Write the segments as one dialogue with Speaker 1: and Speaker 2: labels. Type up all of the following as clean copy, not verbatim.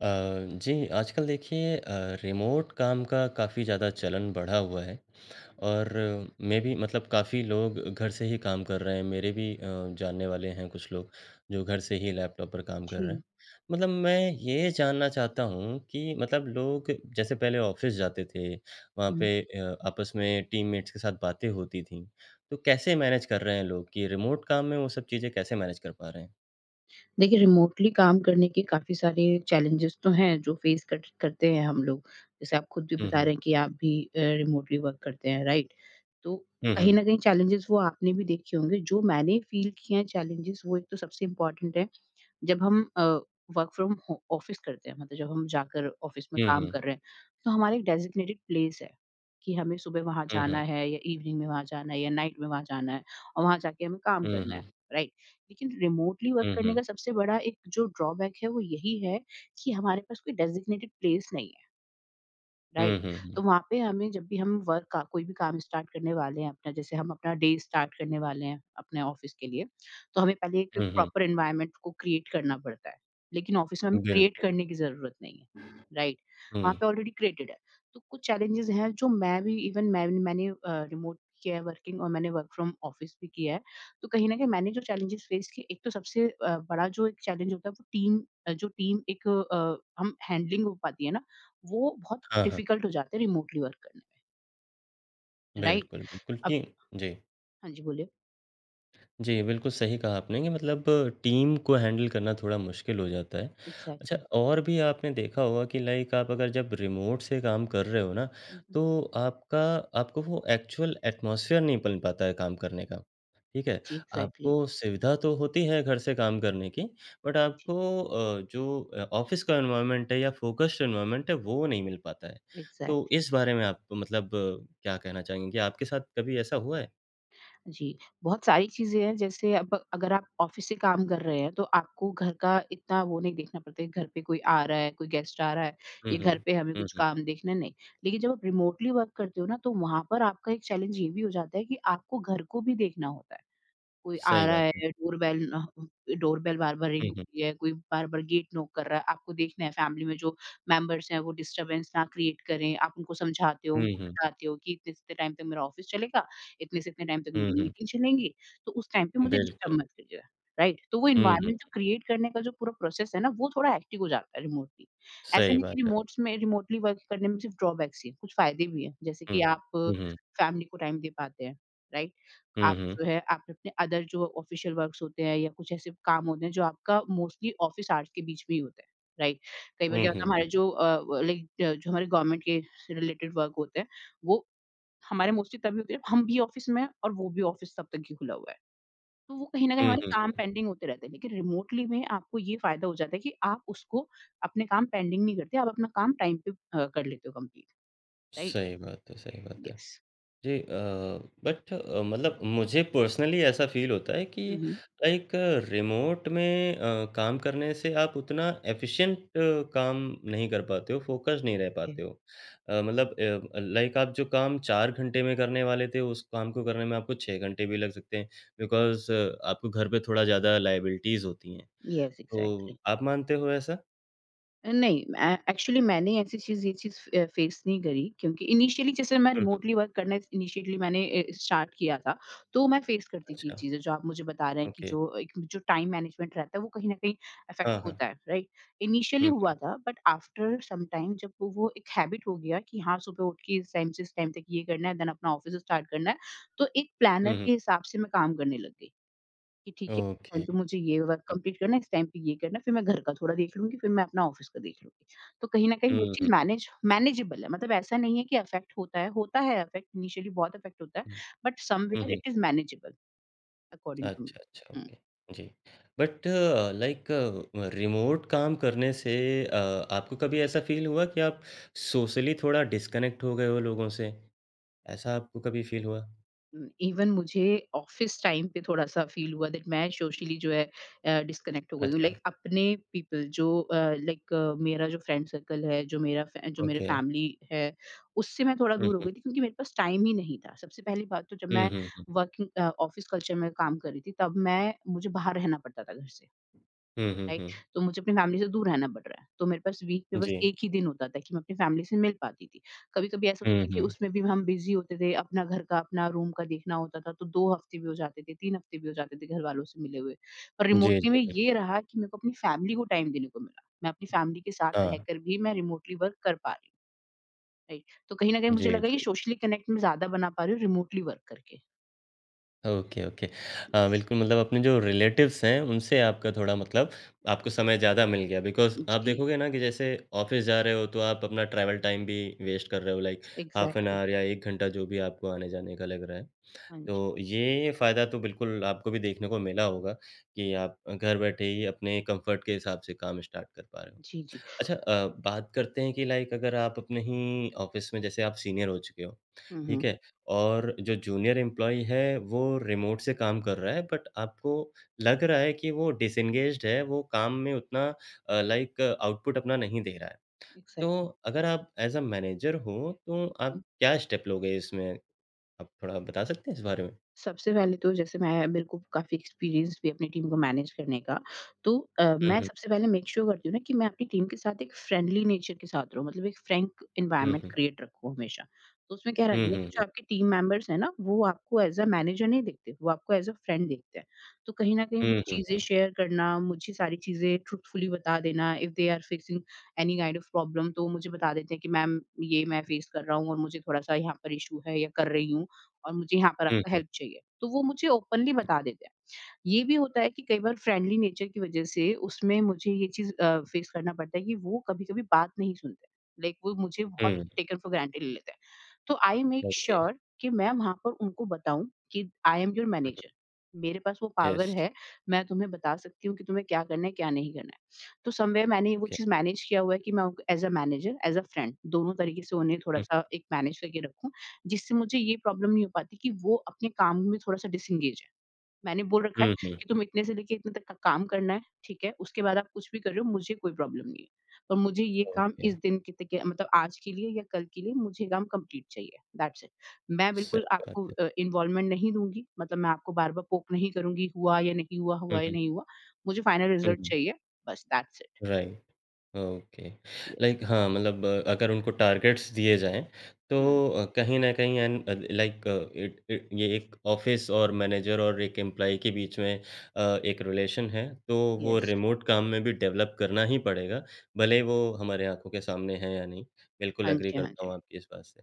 Speaker 1: अ, जी, आजकल देखिए, रिमोट काम का काफ़ी ज़्यादा चलन बढ़ा हुआ है और मैं भी मतलब काफ़ी लोग घर से ही काम कर रहे हैं। मेरे भी जानने वाले हैं कुछ लोग जो घर से ही लैपटॉप पर काम कर रहे हैं।
Speaker 2: जी,
Speaker 1: मतलब मैं ये जानना चाहता हूँ कि मतलब लोग जैसे पहले ऑफ़िस जाते थे, वहाँ
Speaker 2: हुँ।
Speaker 1: पे आपस में टीममेट्स के साथ बातें होती थीं, तो कैसे मैनेज कर रहे हैं लोग कि रिमोट काम में वो सब चीज़ें कैसे मैनेज कर पा रहे हैं?
Speaker 2: देखिए, रिमोटली काम करने के काफ़ी सारे चैलेंजेज़ तो हैं, जो फ़ेस कर करते हैं हम लोग। जैसे आप खुद भी
Speaker 1: हुँ,
Speaker 2: बता
Speaker 1: हुँ।
Speaker 2: रहे हैं कि आप भी रिमोटली वर्क करते हैं, राइट? तो
Speaker 1: हुँ,
Speaker 2: कहीं
Speaker 1: हुँ।
Speaker 2: न कहीं चैलेंजेज़ वो आपने भी देखे होंगे। जो मैंने फ़ील किए हैं चैलेंजेज़, वो एक तो सबसे इम्पोर्टेंट है जब हम वर्क फ्रॉम हो ऑफिस करते हैं मतलब जब हम जाकर ऑफिस में
Speaker 1: हुँ,
Speaker 2: काम
Speaker 1: हुँ।
Speaker 2: कर रहे हैं, तो हमारा एक डेज़िग्नेटेड प्लेस है कि हमें सुबह वहाँ
Speaker 1: हुँ,
Speaker 2: जाना
Speaker 1: हुँ।
Speaker 2: है या इवनिंग में वहाँ जाना है या नाइट में वहाँ जाना है और वहाँ जाके हमें काम
Speaker 1: हुँ,
Speaker 2: करना
Speaker 1: हुँ।
Speaker 2: है, राइट? लेकिन रिमोटली वर्क
Speaker 1: हुँ,
Speaker 2: करने
Speaker 1: हुँ।
Speaker 2: का सबसे बड़ा एक जो ड्रॉबैक है वो यही है कि हमारे पास कोई डेज़िग्नेटेड प्लेस नहीं है।
Speaker 1: Hmm,
Speaker 2: right?
Speaker 1: Hmm, hmm.
Speaker 2: तो वहाँ पे हमें जब भी हम वर्क का कोई भी काम स्टार्ट करने वाले हैं अपना जैसे हम अपना डे स्टार्ट करने वाले हैं अपने ऑफिस के लिए, तो हमें पहले एक
Speaker 1: हुँ, हुँ।
Speaker 2: प्रॉपर एनवायरनमेंट को क्रिएट करना पड़ता है। लेकिन ऑफिस में हमें क्रिएट
Speaker 1: बिल्कुल।
Speaker 2: करने की ज़रूरत नहीं है, राइट?
Speaker 1: हुँ।
Speaker 2: वहाँ पे ऑलरेडी क्रिएटेड है। तो कुछ चैलेंजेज़ हैं जो मैं भी इवन मैं भी- मैंने रिमोट किया है वर्किंग और मैंने वर्क फ्रॉम ऑफिस भी किया है। तो कहीं न कहीं मैंने जो चैलेंजेज़ फेस किए एक तो सबसे बड़ा जो एक चैलेंज होता है वो टीम जो टीम हम हैंडलिंग हो पाती है ना, वो बहुत
Speaker 1: हाँ, हाँ।
Speaker 2: डिफ़िकल्ट हो जाते हैं रिमोटली वर्क करने में, राइट?
Speaker 1: बिल्कुल, बिल्कुल।
Speaker 2: अब
Speaker 1: कि जी।
Speaker 2: हाँ जी, बोलिए।
Speaker 1: जी, बिल्कुल सही कहा आपने कि मतलब टीम को हैंडल करना थोड़ा मुश्किल हो जाता है। अच्छा
Speaker 2: एग्ज़ैक्टली।
Speaker 1: और भी आपने देखा होगा कि लाइक आप अगर जब रिमोट से काम कर रहे हो ना,
Speaker 2: हुँ, हुँ।
Speaker 1: तो आपका आपको वो एक्चुअल एटमॉस्फियर नहीं बन पाता है काम करने का, ठीक है?
Speaker 2: जी, एग्ज़ैक्टली।
Speaker 1: आपको सुविधा तो होती है घर से काम करने की, बट
Speaker 2: जी,
Speaker 1: आपको जो ऑफ़िस का एनवायरनमेंट है या फ़ोकस्ड एनवायरनमेंट है, वो नहीं मिल पाता है। तो
Speaker 2: एग्ज़ैक्टली।
Speaker 1: इस बारे में आप मतलब क्या कहना चाहेंगे कि आपके साथ कभी ऐसा हुआ है?
Speaker 2: जी, बहुत सारी चीज़ें हैं जैसे अब अगर आप ऑफ़िस से काम कर रहे हैं, तो आपको घर का इतना वो नहीं देखना पड़ता है कि घर पे कोई आ रहा है, कोई गेस्ट आ रहा है,
Speaker 1: हुँ,
Speaker 2: या
Speaker 1: हुँ।
Speaker 2: घर पे हमें
Speaker 1: हुँ,
Speaker 2: कुछ
Speaker 1: हुँ।
Speaker 2: काम देखना है, नहीं। लेकिन जब आप रिमोटली वर्क करते हो ना, तो वहाँ पर आपका एक चैलेंज ये भी हो जाता है कि आपको घर को भी देखना होता है। कोई आ
Speaker 1: सही
Speaker 2: रहा
Speaker 1: बात।
Speaker 2: है, डोरबेल बार-बार रिंग
Speaker 1: हुँ,
Speaker 2: हो
Speaker 1: हुँ।
Speaker 2: रही है, कोई बार-बार गेट नॉक कर रहा है, आपको देखना है फैमिली में जो मेंबर्स हैं वो डिस्टर्बेंस ना क्रिएट करें, आप उनको समझाते हो,
Speaker 1: हुँ,
Speaker 2: उनको
Speaker 1: हुँ।
Speaker 2: बताते हो कि इतने से इतने टाइम तक मेरा ऑफिस चलेगा, इतने से इतने टाइम तक
Speaker 1: हुँ,
Speaker 2: मेरी
Speaker 1: हुँ।
Speaker 2: मीटिंग चलेंगी, तो उस टाइम पे मुझे डिस्टर्ब
Speaker 1: बिल्कुल।
Speaker 2: मत करिएगा, राइट? तो वो
Speaker 1: हुँ, हुँ।
Speaker 2: एनवायरनमेंट जो क्रिएट करने का जो पूरा प्रोसेस है ना, वो थोड़ा हेक्टिक हो जाता है रिमोटली। ऐसा
Speaker 1: सही
Speaker 2: नहीं कि
Speaker 1: बात है।
Speaker 2: रिमोट्स में रिमोटली वर्क करने में सिर्फ ड्रॉबैक्स ही हैं, कुछ फ़ायदे भी हैं, जैसे
Speaker 1: हुँ।
Speaker 2: कि आप
Speaker 1: हुँ, हुँ।
Speaker 2: फैमिली को टाइम दे पाते हैं, राइट?
Speaker 1: हुँ,
Speaker 2: आप
Speaker 1: हुँ।
Speaker 2: जो है आपने अपने अदर जो ऑफ़िशियल वर्क्स होते हैं या कुछ ऐसे काम होते हैं जो आपका मोस्टली ऑफ़िस आवर्स के बीच में ही होता है, राइट? कई बार
Speaker 1: हुँ,
Speaker 2: क्या होता है
Speaker 1: हुँ।
Speaker 2: हमारे जो लाइक जो हमारे गवर्नमेंट के से रिलेटेड वर्क होते हैं, वो हमारे मोस्टली तभी होते हैं हम भी ऑफ़िस में हैं और वो भी ऑफ़िस तब तक ही खुला हुआ है। तो वो कहीं न कहीं
Speaker 1: हुँ,
Speaker 2: हमारे
Speaker 1: हुँ,
Speaker 2: काम
Speaker 1: हुँ।
Speaker 2: पेंडिंग होते रहते हैं, लेकिन रिमोटली में आपको ये फ़ायदा हो जाता है कि आप उसको अपने काम पेंडिंग नहीं करते, आप अपना काम टाइम पे कर लेते हो कंप्लीट, राइट?
Speaker 1: सही बात है, सही बात है।
Speaker 2: यस।
Speaker 1: जी, बट मतलब मुझे पर्सनली ऐसा फ़ील होता है कि
Speaker 2: हुँ, हुँ।
Speaker 1: लाइक रिमोट में काम करने से आप उतना एफ़िशिएंट काम नहीं कर पाते हो, फ़ोकस नहीं रह पाते
Speaker 2: ये
Speaker 1: हो। मतलब लाइक आप जो काम 4 घंटे में करने वाले थे, उस काम को करने में आपको 6 घंटे भी लग सकते हैं बिकॉज़ आपको घर पे थोड़ा ज़्यादा लायबिलिटीज़ होती हैं।
Speaker 2: जी। यस,
Speaker 1: तो
Speaker 2: एक्ज़ैक्टली।
Speaker 1: आप मानते हो ऐसा?
Speaker 2: नहीं, मैं एक्चुअली मैंने ऐसी चीज़ ये चीज़ फेस नहीं करी क्योंकि इनिशियली जैसे मैं
Speaker 1: हुँ, हुँ।
Speaker 2: रिमोटली वर्क करना इनिशियली मैंने स्टार्ट किया था, तो मैं फेस करती थी ये
Speaker 1: अच्छा,
Speaker 2: चीज़ें जो आप मुझे बता रहे हैं कि
Speaker 1: ओके।
Speaker 2: जो एक जो टाइम मैनेजमेंट रहता है वो कहीं न कहीं इफ़ेक्ट
Speaker 1: हाँ, हाँ।
Speaker 2: होता है, राइट? इनिशियली
Speaker 1: हुँ,
Speaker 2: हुआ
Speaker 1: हुँ।
Speaker 2: था बट आफ्टर सम टाइम जब वो एक हैबिट हो गया कि हाँ, सुबह उठ के इस टाइम से इस टाइम तक ये करना है देन अपना ऑफ़िस स्टार्ट करना है, तो एक प्लानर
Speaker 1: हुँ, हुँ।
Speaker 2: के हिसाब से मैं काम करने लग गई। कि ठीक है, इस टाइम
Speaker 1: ओके।
Speaker 2: पे मुझे ये वर्क कंप्लीट करना है, इस टाइम पे ये करना है, फिर मैं घर का थोड़ा देख लूँगी, फिर मैं अपना ऑफ़िस का देख लूँगी। तो कहीं न कहीं वो
Speaker 1: हुँ, हुँ।
Speaker 2: चीज़ मैनेजेबल है, मतलब ऐसा नहीं है कि अफ़ेक्ट होता है अफ़ेक्ट, इनिशियली बहुत अफ़ेक्ट होता है,
Speaker 1: hmm,
Speaker 2: but somewhere
Speaker 1: hmm.
Speaker 2: It is manageable according to
Speaker 1: अच्छा, अच्छा,
Speaker 2: मी। हुँ।
Speaker 1: ओके। जी। बट लाइक रिमोट काम करने से अ, आपको कभी ऐसा फ़ील हुआ कि आप सोशली थोड़ा डिस्कनेक्ट हो गए हो लोगों से? ऐसा आपको कभी फ़ील हुआ?
Speaker 2: इवन मुझे ऑफिस टाइम पे थोड़ा-सा फ़ील हुआ दैट मैं सोशली जो है डिस्कनेक्ट हो गई हूँ।
Speaker 1: अच्छा,
Speaker 2: लाइक अपने पीपल जो अ, लाइक मेरा जो फ्रेंड सर्कल है, जो मेरा फ़ै जो मेरे
Speaker 1: ओके।
Speaker 2: फैमिली है, उससे मैं थोड़ा
Speaker 1: हुँ,
Speaker 2: दूर हो
Speaker 1: हुँ।
Speaker 2: गई थी क्योंकि मेरे पास टाइम ही नहीं था। सबसे पहली बात तो जब
Speaker 1: हुँ,
Speaker 2: मैं
Speaker 1: हुँ, हुँ।
Speaker 2: वर्किंग ऑफिस कल्चर में काम कर रही थी, तब मैं मुझे बाहर रहना पड़ता था घर से।
Speaker 1: Hmm, hmm,
Speaker 2: right?
Speaker 1: हुँ।
Speaker 2: तो मुझे अपनी फैमिली से दूर रहना पड़ रहा है, तो मेरे पास वीक में बस
Speaker 1: जी।
Speaker 2: 1 ही दिन होता था कि मैं अपनी फैमिली से मिल पाती थी। कभी-कभी ऐसा होता
Speaker 1: हुँ,
Speaker 2: था कि
Speaker 1: हुँ।
Speaker 2: उसमें भी हम बिज़ी होते थे, अपना घर का, अपना रूम का देखना होता था, तो 2 हफ्ते भी हो जाते थे, 3 हफ्ते भी हो जाते थे घरवालों से मिले हुए। पर
Speaker 1: जी,
Speaker 2: रिमोटली
Speaker 1: जी,
Speaker 2: में ये
Speaker 1: बिल्कुल।
Speaker 2: रहा कि मेरे को अपनी फैमिली को टाइम देने को मिला। मैं अपनी फैमिली के साथ
Speaker 1: हाँ।
Speaker 2: रहकर भी मैं रिमोटली वर्क कर पा रही हूँ, राइट? तो कहीं न कहीं मुझे
Speaker 1: जी,
Speaker 2: लगा ये
Speaker 1: जी।
Speaker 2: सोशली कनेक्ट मैं ज़्यादा बना पा रही हूँ रिमोटली वर्क करके।
Speaker 1: Okay, okay.
Speaker 2: यस।
Speaker 1: बिल्कुल मतलब अपने जो रिलेटिव्स हैं, उनसे आपका थोड़ा मतलब आपको समय ज़्यादा मिल गया बिकॉज़ आप
Speaker 2: जी,
Speaker 1: देखोगे ना कि जैसे ऑफ़िस जा रहे हो, तो आप अपना ट्रैवल टाइम भी वेस्ट कर रहे हो like half an
Speaker 2: exactly.
Speaker 1: Hour या 1 घंटा जो भी आपको आने-जाने का लग रहा है।
Speaker 2: हाँ जी।
Speaker 1: तो ये फ़ायदा तो बिल्कुल आपको भी देखने को मिला होगा कि आप घर बैठे ही अपने कम्फ़र्ट के हिसाब से काम स्टार्ट कर पा रहे हो।
Speaker 2: जी, जी।
Speaker 1: अच्छा, बात करते हैं कि लाइक अगर आप अपने ही ऑफ़िस में जैसे आप सीनियर हो चुके हो,
Speaker 2: हुँ,
Speaker 1: ठीक
Speaker 2: हुँ।
Speaker 1: है? और जो जूनियर एम्प्लॉयी है वो रिमोट से काम कर रहा है बट आपको लग रहा है कि वो डिसएंगेज्ड है, वो काम में उतना लाइक आउटपुट अपना नहीं दे रहा है। तो
Speaker 2: एग्ज़ैक्टली।
Speaker 1: अगर आप एज़ अ मैनेजर हो तो आप क्या स्टेप लोगे इसमें? आप थोड़ा बता सकते हैं इस बारे में?
Speaker 2: सबसे पहले तो जैसे मैं मेरे को काफ़ी एक्सपीरियंस भी है अपनी टीम को मैनेज करने का। तो
Speaker 1: हुँ,
Speaker 2: मैं
Speaker 1: हुँ।
Speaker 2: सबसे पहले मेक श्योर करती हूँ ना कि मैं अपनी टीम के साथ एक फ्रेंडली नेचर के साथ रहूँ, मतलब एक frank
Speaker 1: hmm,
Speaker 2: environment
Speaker 1: hmm.
Speaker 2: Create रखूँ हमेशा। तो उसमें क्या रहता
Speaker 1: हुँ,
Speaker 2: है ना
Speaker 1: हुँ,
Speaker 2: कि
Speaker 1: हुँ।
Speaker 2: जो आपके टीम मेंबर्स हैं ना, वो आपको एज़ अ मैनेजर नहीं देखते, वो आपको एज़ अ फ्रेंड देखते हैं। तो कहीं न कहीं वो
Speaker 1: हुँ, हुँ।
Speaker 2: चीज़ें शेयर करना, मुझे सारी चीज़ें ट्रूथफुली बता देना, if they are facing any kind of problem तो मुझे बता देते हैं कि मैम ये मैं फेस कर रहा हूँ और मुझे थोड़ा-सा यहाँ पर इश्यू है या कर रही हूँ। और मुझे यहाँ पर
Speaker 1: हुँ,
Speaker 2: आपका
Speaker 1: हुँ।
Speaker 2: हेल्प चाहिए। तो वो मुझे ओपनली बता देते हैं। ये भी होता है कि कई बार फ्रेंडली नेचर की वजह से उसमें मुझे ये चीज़ फेस करना पड़ता है कि वो कभी-कभी बात नहीं सुनते। लाइक वो मुझे बहुत
Speaker 1: हुँ।
Speaker 2: टेकन फॉर ग्रांटेड ले लेते हैं। तो I make
Speaker 1: okay. Hmm,
Speaker 2: sure कि मैं वहाँ पर उनको बताऊँ कि I am your manager.
Speaker 1: Hmm.
Speaker 2: मेरे पास वो पावर
Speaker 1: येस।
Speaker 2: है, मैं तुम्हें बता सकती हूँ कि तुम्हें क्या करना है, क्या नहीं करना है। तो समवेयर मैंने वो
Speaker 1: ओके।
Speaker 2: चीज़ मैनेज किया हुआ है कि मैं उनको as a manager, as a friend दोनों तरीके से उन्हें
Speaker 1: हुँ,
Speaker 2: थोड़ा-सा एक मैनेज करके रखूँ, जिससे मुझे ये प्रॉब्लम नहीं हो पाती कि वो अपने काम में थोड़ा-सा डिसएंगेज मैंने बोल रखा है
Speaker 1: हुँ,
Speaker 2: कि
Speaker 1: हुँ।
Speaker 2: तुम इतने से लेके इतने तक का काम करना है, ठीक है? उसके बाद आप कुछ भी कर रहे हो, मुझे कोई प्रॉब्लम नहीं है। पर मुझे ये काम
Speaker 1: ओके।
Speaker 2: इस दिन के तक के मतलब आज के लिए या कल के लिए मुझे ये काम कंप्लीट चाहिए, दैट्स इट। मैं
Speaker 1: sim
Speaker 2: बिल्कुल आपको इन्वॉल्वमेंट नहीं दूँगी, मतलब मैं आपको बार-बार पोक नहीं करूँगी, हुआ या नहीं हुआ। मुझे फाइनल रिज़ल्ट चाहिए, बस that's it.
Speaker 1: right okay.
Speaker 2: Yes.
Speaker 1: Like हाँ, मतलब अगर उनको टारगेट्स दिए जाएँ, तो
Speaker 2: हुँ,
Speaker 1: कहीं न कहीं एंड लाइक इट इट ये एक ऑफ़िस और मैनेजर और एक एम्प्लॉयी के बीच में एक रिलेशन है, तो वो
Speaker 2: यस,
Speaker 1: रिमोट काम में भी डेवलप करना ही पड़ेगा, भले ही
Speaker 2: एग्ज़ैक्ट
Speaker 1: वो हमारे आँखों के सामने है या नहीं। बिल्कुल
Speaker 2: हाँ
Speaker 1: एग्री
Speaker 2: जी, हाँ
Speaker 1: करता हूँ
Speaker 2: जी।
Speaker 1: आपकी इस बात से।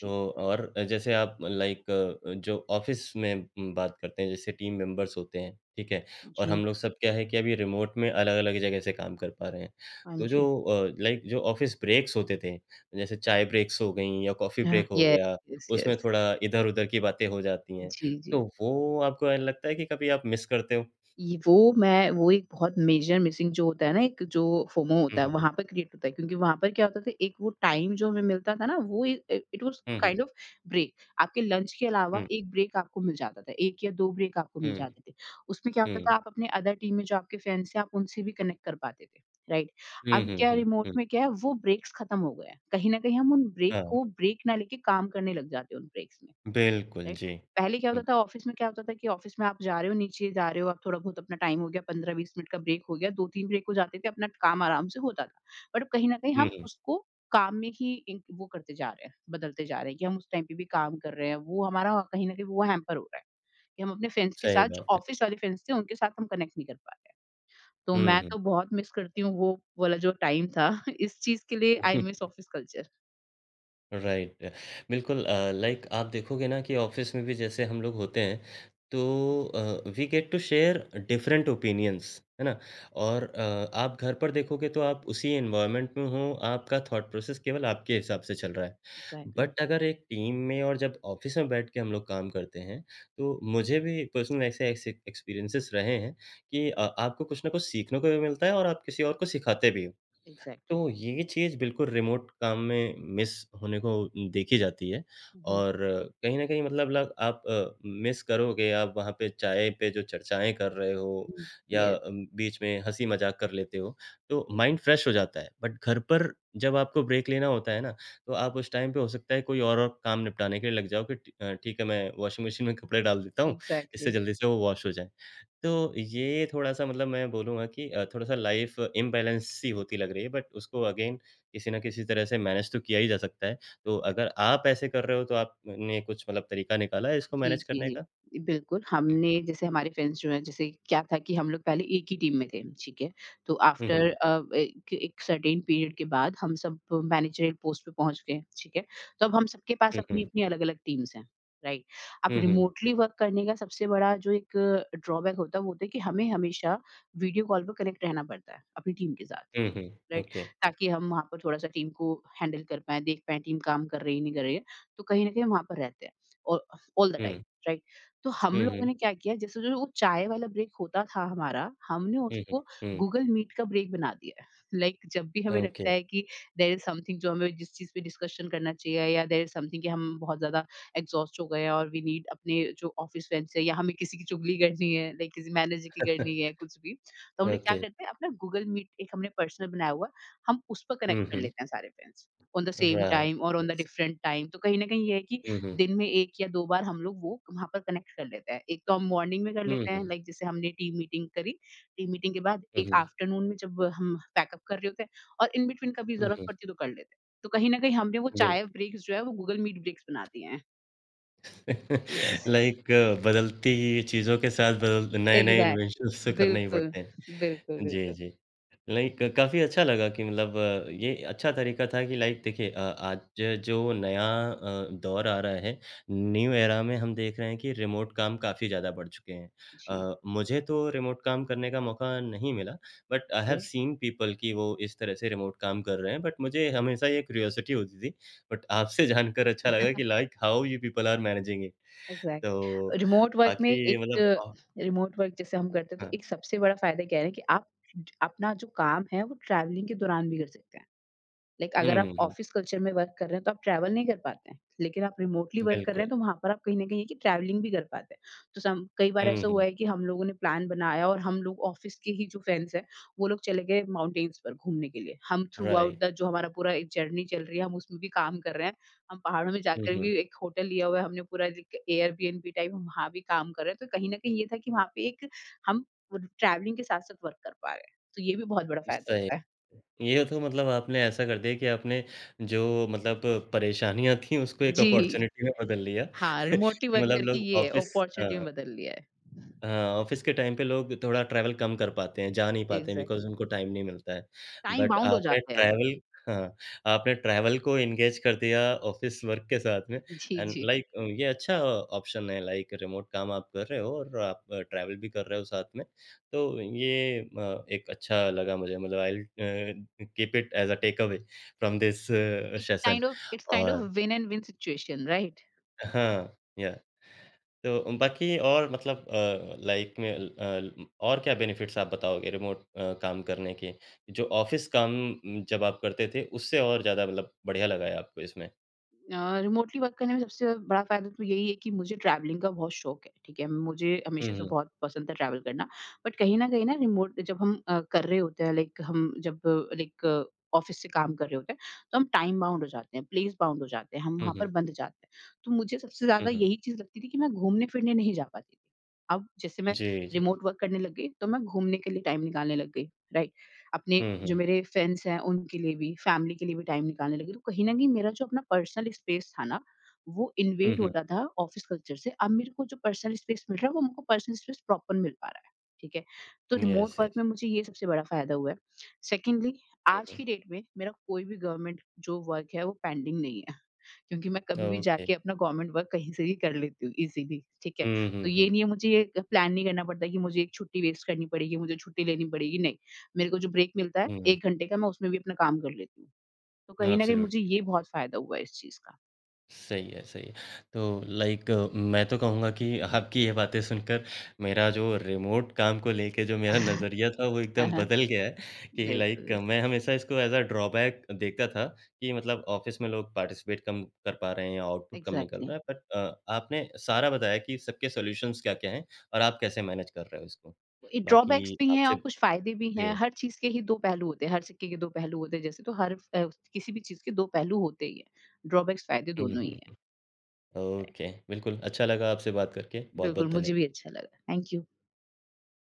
Speaker 1: तो और जैसे आप लाइक जो ऑफ़िस में बात करते हैं, जैसे टीम मेंबर्स होते हैं, ठीक है? और हम
Speaker 2: जी,
Speaker 1: लोग सब क्या है कि अभी रिमोट में अलग-अलग जगह से काम कर पा रहे हैं।
Speaker 2: हाँ
Speaker 1: तो जो
Speaker 2: जी।
Speaker 1: लाइक जो ऑफ़िस ब्रेक्स होते थे, जैसे चाय ब्रेक्स हो गईं या कॉफ़ी
Speaker 2: हाँ,
Speaker 1: ब्रेक हो
Speaker 2: येस,
Speaker 1: गया, उसमें
Speaker 2: येस।
Speaker 1: थोड़ा इधर-उधर की बातें हो जाती हैं।
Speaker 2: जी, जी।
Speaker 1: तो वो आपको ऐसा लगता है कि कभी आप मिस करते हो?
Speaker 2: ये वो मैं वो एक बहुत मेजर मिसिंग जो होता है ना एक जो फोमो
Speaker 1: हुँ,
Speaker 2: होता है
Speaker 1: हुँ।
Speaker 2: वहाँ पर क्रिएट होता है क्योंकि वहाँ पर क्या होता था एक वो टाइम जो हमें मिलता था ना वो it was
Speaker 1: hmm, hmm.
Speaker 2: Kind of break आपके लंच के अलावा एक ब्रेक आपको मिल जाता था 1 या 2 ब्रेक आपको मिल
Speaker 1: हुँ,
Speaker 2: जाते थे। उसमें क्या
Speaker 1: हुँ,
Speaker 2: होता
Speaker 1: हुँ।
Speaker 2: था आप अपने अदर टीम में जो आपके फ्रेंड्स थे आप उनसे भी कनेक्ट कर पाते थे, राइट?
Speaker 1: हुँ,
Speaker 2: अब
Speaker 1: हुँ,
Speaker 2: क्या
Speaker 1: हुँ,
Speaker 2: रिमोट
Speaker 1: हुँ।
Speaker 2: में क्या है वो ब्रेक्स खत्म हो गए हैं। कहीं न कहीं हम उन ब्रेक
Speaker 1: हाँ,
Speaker 2: को ब्रेक ना लेके काम करने लग जाते हैं उन ब्रेक्स में।
Speaker 1: बिल्कुल,
Speaker 2: राइट?
Speaker 1: जी।
Speaker 2: पहले क्या
Speaker 1: हुँ,
Speaker 2: होता था ऑफ़िस में क्या होता था कि ऑफ़िस में आप जा रहे हो, नीचे जा रहे हो, आप थोड़ा बहुत अपना टाइम हो गया, 15-20 मिनट का ब्रेक हो गया, 2-3 ब्रेक हो जाते थे, अपना काम आराम से होता था। बट अब कहीं न कहीं
Speaker 1: हुँ,
Speaker 2: हम
Speaker 1: हुँ।
Speaker 2: उसको काम में ही इंक वो करते जा रहे हैं, बदलते जा रहे हैं कि हम उस टाइम पे भी काम कर रहे हैं, वो हमारा कहीं न कहीं वो हैम्पर हो रहा है कि हम अपने फ्रेंड्स के
Speaker 1: सही
Speaker 2: साथ जो
Speaker 1: बात है।
Speaker 2: ऑफ़िस वाले फ्रेंड्स थे, उनके साथ हम कनेक्ट नहीं कर पा रहे हैं। तो मैं
Speaker 1: हुँ,
Speaker 2: तो बहुत मिस करती हूँ वो वाला जो टाइम था, इस चीज़ के लिए I
Speaker 1: hmm.
Speaker 2: Miss office culture.
Speaker 1: Right. बिल्कुल, लाइक आप देखोगे ना कि ऑफ़िस में भी जैसे हम लोग होते हैं, तो
Speaker 2: जी,
Speaker 1: we get to share different opinions, है ना? और आप घर पर देखोगे तो आप उसी एनवायरनमेंट में हो, आपका थॉट प्रोसेस केवल आपके हिसाब से चल रहा है।
Speaker 2: एग्ज़ैक्टली,
Speaker 1: बट अगर एक टीम में और जब ऑफ़िस में बैठ के हम लोग काम करते हैं, तो मुझे भी पर्सनल ऐसे ऐसे एक्सपीरियंसेस रहे हैं कि आपको कुछ ना कुछ सीखने को भी मिलता है और आप किसी और को सिखाते भी हो।
Speaker 2: एग्ज़ैक्टली।
Speaker 1: तो ये चीज़ बिल्कुल रिमोट काम में मिस होने को देखी जाती है
Speaker 2: हुँ, हुँ,
Speaker 1: और कहीं न कहीं मतलब लग आप मिस करोगे, आप वहाँ पे चाय पे जो चर्चाएँ कर रहे हो
Speaker 2: हुँ।
Speaker 1: या
Speaker 2: येस, येस।
Speaker 1: बीच में हँसी-मज़ाक कर लेते हो, तो माइंड फ्रेश हो जाता है। बट घर पर जब आपको ब्रेक लेना होता है ना, तो आप उस टाइम पे हो सकता है कोई और काम निपटाने के लिए लग जाओ कि ठीक है मैं वॉशिंग मशीन में कपड़े डाल देता हूँ, इससे
Speaker 2: एग्ज़ैक्टली।
Speaker 1: जल्दी से वो वॉश हो जाएँ। तो ये थोड़ा-सा मतलब मैं बोलूँगा कि थोड़ा-सा लाइफ़ इम्बैलेंस सी होती लग रही है, बट उसको अगेन किसी न किसी तरह से मैनेज तो किया ही जा सकता है। तो अगर आप ऐसे कर रहे हो तो आपने कुछ मतलब तरीका निकाला है इसको
Speaker 2: जी,
Speaker 1: मैनेज
Speaker 2: जी,
Speaker 1: करने
Speaker 2: जी।
Speaker 1: का?
Speaker 2: बिल्कुल, हमने जैसे हमारे फ्रेंड्स जो हैं जैसे क्या था कि हम लोग पहले एक ही टीम में थे, ठीक है? तो
Speaker 1: हुँ, हुँ,
Speaker 2: आफ्टर एक एक सर्टेन पीरियड के बाद हम सब मैनेजरियल पोस्ट पे पहुँच गए, ठीक है? तो अब हम सबके पास
Speaker 1: हुँ, हुँ,
Speaker 2: अपनी-अपनी अलग-अलग टीम्स हैं, राइट? अब
Speaker 1: हुँ, हुँ,
Speaker 2: रिमोटली वर्क करने का सबसे बड़ा जो एक ड्रॉबैक होता है वो होता है कि हमें हमेशा वीडियो कॉल पे कनेक्ट रहना पड़ता है अपनी टीम के साथ।
Speaker 1: हुँ, हुँ,
Speaker 2: राइट?
Speaker 1: ओके,
Speaker 2: ताकि हम वहाँ पर थोड़ा-सा टीम को हैंडल कर पाएँ, देख पाएँ टीम काम कर रही है, नहीं कर रही है। तो कहीं न कहीं वहाँ पर रहते हैं ऑ all the time,
Speaker 1: hmm,
Speaker 2: right? तो हम
Speaker 1: हुँ,
Speaker 2: लोगों
Speaker 1: हुँ,
Speaker 2: ने क्या किया जैसे जो वो चाय वाला ब्रेक होता था हमारा, हमने
Speaker 1: हुँ,
Speaker 2: उसको
Speaker 1: हुँ,
Speaker 2: गूगल मीट का ब्रेक बना दिया है। लाइक, जब भी
Speaker 1: हुँ,
Speaker 2: हमें लगता
Speaker 1: ओके,
Speaker 2: है कि देयर इज़ समथिंग जो हमें जिस चीज़ पे डिस्कशन करना चाहिए या देयर इज़ समथिंग कि हम बहुत ज़्यादा एग्ज़ॉस्ट हो गए हैं और वी नीड अपने जो ऑफ़िस फ्रेंड्स हैं या हमें किसी की चुगली करनी है, लाइक किसी मैनेजर की करनी है, कुछ भी। तो हम लोग क्या
Speaker 1: ओके,
Speaker 2: करते हैं अपना गूगल मीट एक हमने पर्सनल बनाया हुआ है, हम उस पर कनेक्ट
Speaker 1: हुँ,
Speaker 2: कर
Speaker 1: हुँ,
Speaker 2: लेते हैं सारे friends on the same
Speaker 1: right,
Speaker 2: time और on the
Speaker 1: yes,
Speaker 2: different time. तो कहीं न कहीं ये है कि
Speaker 1: हुँ, हुँ,
Speaker 2: दिन में 1 या 2 बार हम लोग वो वहाँ पर कनेक्ट कर लेते हैं। एक तो हम मॉर्निंग में कर
Speaker 1: हुँ,
Speaker 2: लेते
Speaker 1: हुँ,
Speaker 2: हैं लाइक जैसे हमने टीम मीटिंग करी, टीम मीटिंग के बाद एक
Speaker 1: हुँ,
Speaker 2: आफ्टरनून में जब हम पैकअप कर रहे होते हैं और इन बिटवीन कभी
Speaker 1: हुँ,
Speaker 2: ज़रूरत
Speaker 1: हुँ,
Speaker 2: पड़ती है तो कर लेते हैं। तो कहीं न कहीं हमने वो चाय
Speaker 1: बिल्कुल।
Speaker 2: ब्रेक्स जो है वो गूगल मीट ब्रेक्स बना दिए हैं। यस,
Speaker 1: लाइक बदलती चीज़ों के साथ बदल नए-नए
Speaker 2: एग्ज़ैक्ट
Speaker 1: इन्वेंशंस तो करने ही
Speaker 2: बिल्कुल,
Speaker 1: पड़ते हैं।
Speaker 2: बिल्कुल,
Speaker 1: जी,
Speaker 2: बिल्कुल।
Speaker 1: जी। लाइक काफ़ी अच्छा लगा कि मतलब ये अच्छा तरीका था कि लाइक देखिए, आज जो नया दौर आ रहा है, न्यू एरा में हम देख रहे हैं कि रिमोट काम काफ़ी ज़्यादा बढ़ चुके हैं।
Speaker 2: जी,
Speaker 1: मुझे तो रिमोट काम करने का मौका नहीं मिला, बट आई हैव
Speaker 2: ये
Speaker 1: सीन पीपल कि वो इस तरह से रिमोट काम कर रहे हैं, बट मुझे हमेशा ये क्यूरियोसिटी होती थी। बट आपसे जानकर अच्छा लगा कि like how you people are managing it. तो
Speaker 2: एग्ज़ैक्टली। रिमोट वर्क में
Speaker 1: बाकी मतलब,
Speaker 2: एक रिमोट वर्क जैसे हम करते हैं तो
Speaker 1: हाँ।
Speaker 2: एक सबसे बड़ा फ़ायदा क्या है कि आप अपना जो काम है वो ट्रैवलिंग के दौरान भी कर सकते हैं। लाइक अगर
Speaker 1: हुँ,
Speaker 2: आप
Speaker 1: हुँ,
Speaker 2: ऑफिस कल्चर में वर्क कर रहे हैं तो आप ट्रैवल नहीं कर पाते हैं। लेकिन आप रिमोटली वर्क कर रहे
Speaker 1: बिल्कुल।
Speaker 2: हैं तो वहाँ पर आप कहीं न कहीं है कि ट्रैवलिंग भी कर पाते हैं। तो सम कई बार
Speaker 1: हुँ,
Speaker 2: ऐसा
Speaker 1: हुँ,
Speaker 2: हुआ है कि हम लोगों ने प्लान बनाया और हम लोग ऑफिस के ही जो फ्रेंड्स हैं, वो लोग चले गए माउंटेन्स पर घूमने के लिए। हम थ्रू आउट
Speaker 1: राइट।
Speaker 2: द जो हमारा पूरा एक जर्नी चल रही है हम उसमें भी काम कर रहे हैं। हम पहाड़ों में
Speaker 1: हुँ,
Speaker 2: जाकर
Speaker 1: हुँ,
Speaker 2: भी एक होटल लिया हुआ है हमने पूरा एक एयरबीएनबी टाइप हम वहाँ भी काम कर रहे हैं। तो कहीं न कहीं ये था कि वहाँ पे एक हम ट्रैवलिंग के साथ-साथ वर्क कर पा रहे हैं। तो ये भी बहुत बड़ा फ़ायदा
Speaker 1: सही।
Speaker 2: होता है।
Speaker 1: ये तो मतलब आपने ऐसा कर दिया कि आपने जो मतलब परेशानियाँ थीं उसको एक
Speaker 2: जी।
Speaker 1: अपॉर्च्युनिटी में बदल लिया
Speaker 2: हाँ,
Speaker 1: कि
Speaker 2: रिमोटली वर्क
Speaker 1: मतलब
Speaker 2: करके
Speaker 1: लोग
Speaker 2: ये है
Speaker 1: ऑफ़िस,
Speaker 2: अपॉर्च्युनिटी
Speaker 1: हाँ।
Speaker 2: में बदल लिया है।
Speaker 1: हाँ, ऑफ़िस के टाइम पे लोग थोड़ा ट्रैवल कम कर पाते हैं, जा नहीं पाते हैं
Speaker 2: एग्ज़ैक्ट
Speaker 1: बिकॉज़ उनको टाइम नहीं मिलता है।
Speaker 2: टाइम
Speaker 1: बट
Speaker 2: बाउंड हो
Speaker 1: आपने
Speaker 2: जाते हैं।
Speaker 1: ट्रैवल हाँ, आपने ट्रैवल को एंगेज कर दिया ऑफ़िस वर्क के साथ में
Speaker 2: जी,
Speaker 1: एंड
Speaker 2: जी।
Speaker 1: लाइक ये अच्छा ऑप्शन है लाइक रिमोट काम आप कर रहे हो और आप ट्रैवल भी कर रहे हो साथ में। तो ये एक अच्छा लगा मुझे मतलब I will keep it as a take away from this
Speaker 2: it's
Speaker 1: session
Speaker 2: kind of it's kind of
Speaker 1: और
Speaker 2: win and win situation right?
Speaker 1: हाँ, या तो बाकी और मतलब लाइफ में और क्या बेनिफिट्स आप बताओगे रिमोट काम करने के? जो ऑफ़िस काम जब आप करते थे उससे और ज़्यादा मतलब बढ़िया लगा है आपको इसमें?
Speaker 2: अ, रिमोटली वर्क करने में सबसे बड़ा फ़ायदा तो यही है कि मुझे ट्रैवलिंग का बहुत शौक है, ठीक है? मुझे
Speaker 1: हुँ,
Speaker 2: हमेशा से
Speaker 1: हुँ।
Speaker 2: बहुत पसंद था ट्रैवल करना, बट कहीं न कहीं ना रिमोट जब हम कर रहे होते हैं लाइक हम जब लाइक ऑफ़िस से काम कर रहे होते हैं, तो हम टाइम बाउंड हो जाते हैं, प्लेस बाउंड हो जाते हैं, हम
Speaker 1: हुँ,
Speaker 2: वहाँ पर
Speaker 1: हुँ।
Speaker 2: बंध जाते हैं। तो मुझे सबसे
Speaker 1: हुँ,
Speaker 2: ज़्यादा
Speaker 1: हुँ।
Speaker 2: यही चीज़ लगती थी कि मैं घूमने-फिरने नहीं जा पाती थी। अब जैसे मैं
Speaker 1: जी, जी।
Speaker 2: रिमोट वर्क करने लग गई, तो मैं घूमने के लिए टाइम निकालने लग गई, राइट? अपने
Speaker 1: हुँ,
Speaker 2: जो
Speaker 1: हुँ।
Speaker 2: मेरे फ्रेंड्स हैं उनके लिए भी, फैमिली के लिए भी टाइम निकालने लगी। तो कहीं न कहीं मेरा जो अपना पर्सनल स्पेस था ना, वो
Speaker 1: हुँ,
Speaker 2: इन्वेड
Speaker 1: हुँ।
Speaker 2: होता था ऑफ़िस कल्चर से। अब मेरे को जो पर्सनल स्पेस मिल रहा है, वो मुझको पर्सनल स्पेस प्रॉपर मिल पा रहा है, ठीक है? तो रिमोट
Speaker 1: येस,
Speaker 2: वर्क
Speaker 1: येस।
Speaker 2: में मुझे ये सबसे बड़ा फ़ायदा हुआ है। सेकंडली
Speaker 1: हुँ,
Speaker 2: आज
Speaker 1: हुँ।
Speaker 2: की डेट में मेरा कोई भी गवर्नमेंट जो वर्क है, वो पेंडिंग नहीं है। क्योंकि मैं कभी भी
Speaker 1: ओके।
Speaker 2: जाके अपना गवर्नमेंट वर्क कहीं से भी कर लेती हूँ इज़िली, ठीक है?
Speaker 1: हुँ,
Speaker 2: तो
Speaker 1: हुँ, हुँ।
Speaker 2: ये नहीं है मुझे ये प्लान नहीं करना पड़ता है कि मुझे एक छुट्टी वेस्ट करनी पड़ेगी, मुझे छुट्टी लेनी पड़ेगी, नहीं। मेरे को जो ब्रेक मिलता है
Speaker 1: हुँ, हुँ।
Speaker 2: 1 घंटे का मैं उसमें भी अपना काम कर लेती हूँ। तो कहीं न कहीं मुझे
Speaker 1: एब्सोल्युटली,
Speaker 2: ये
Speaker 1: येस।
Speaker 2: बहुत फ़ायदा हुआ है इस चीज़ का।
Speaker 1: सही है, सही है। तो लाइक मैं तो कहूँगा कि आपकी ये बातें सुनकर मेरा जो रिमोट काम को लेके जो मेरा नज़रिया था वो
Speaker 2: हाँ,
Speaker 1: एकदम
Speaker 2: हाँ।
Speaker 1: बदल गया है कि लाइक
Speaker 2: बिल्कुल।
Speaker 1: मैं हमेशा इसको एज़ अ ड्रॉबैक देखता था कि मतलब ऑफ़िस में लोग पार्टिसिपेट कम कर पा रहे हैं या आउटपुट कम निकल
Speaker 2: एग्ज़ैक्टली।
Speaker 1: रहा है बट आपने सारा बताया कि सबके सॉल्यूशंस क्या-क्या हैं और आप कैसे मैनेज कर रहे हो इसको।
Speaker 2: ये
Speaker 1: बाकी
Speaker 2: ड्रॉबैक्स भी हैं
Speaker 1: आपसे
Speaker 2: और कुछ फ़ायदे भी हैं।
Speaker 1: जी।
Speaker 2: हर चीज़ के ही 2 पहलू होते हैं, हर सिक्के के 2 पहलू होते हैं जैसे तो किसी भी चीज़ के 2 पहलू होते ही हैं। ड्रॉबैक्स फ़ायदे
Speaker 1: हुँ,
Speaker 2: दोनों
Speaker 1: हुँ,
Speaker 2: ही हैं।
Speaker 1: हुँ। ओके, बिल्कुल अच्छा लगा आपसे बात करके।
Speaker 2: बिल्कुल,
Speaker 1: बहुत-बहुत धन्य
Speaker 2: मुझे भी अच्छा लगा। Thank you.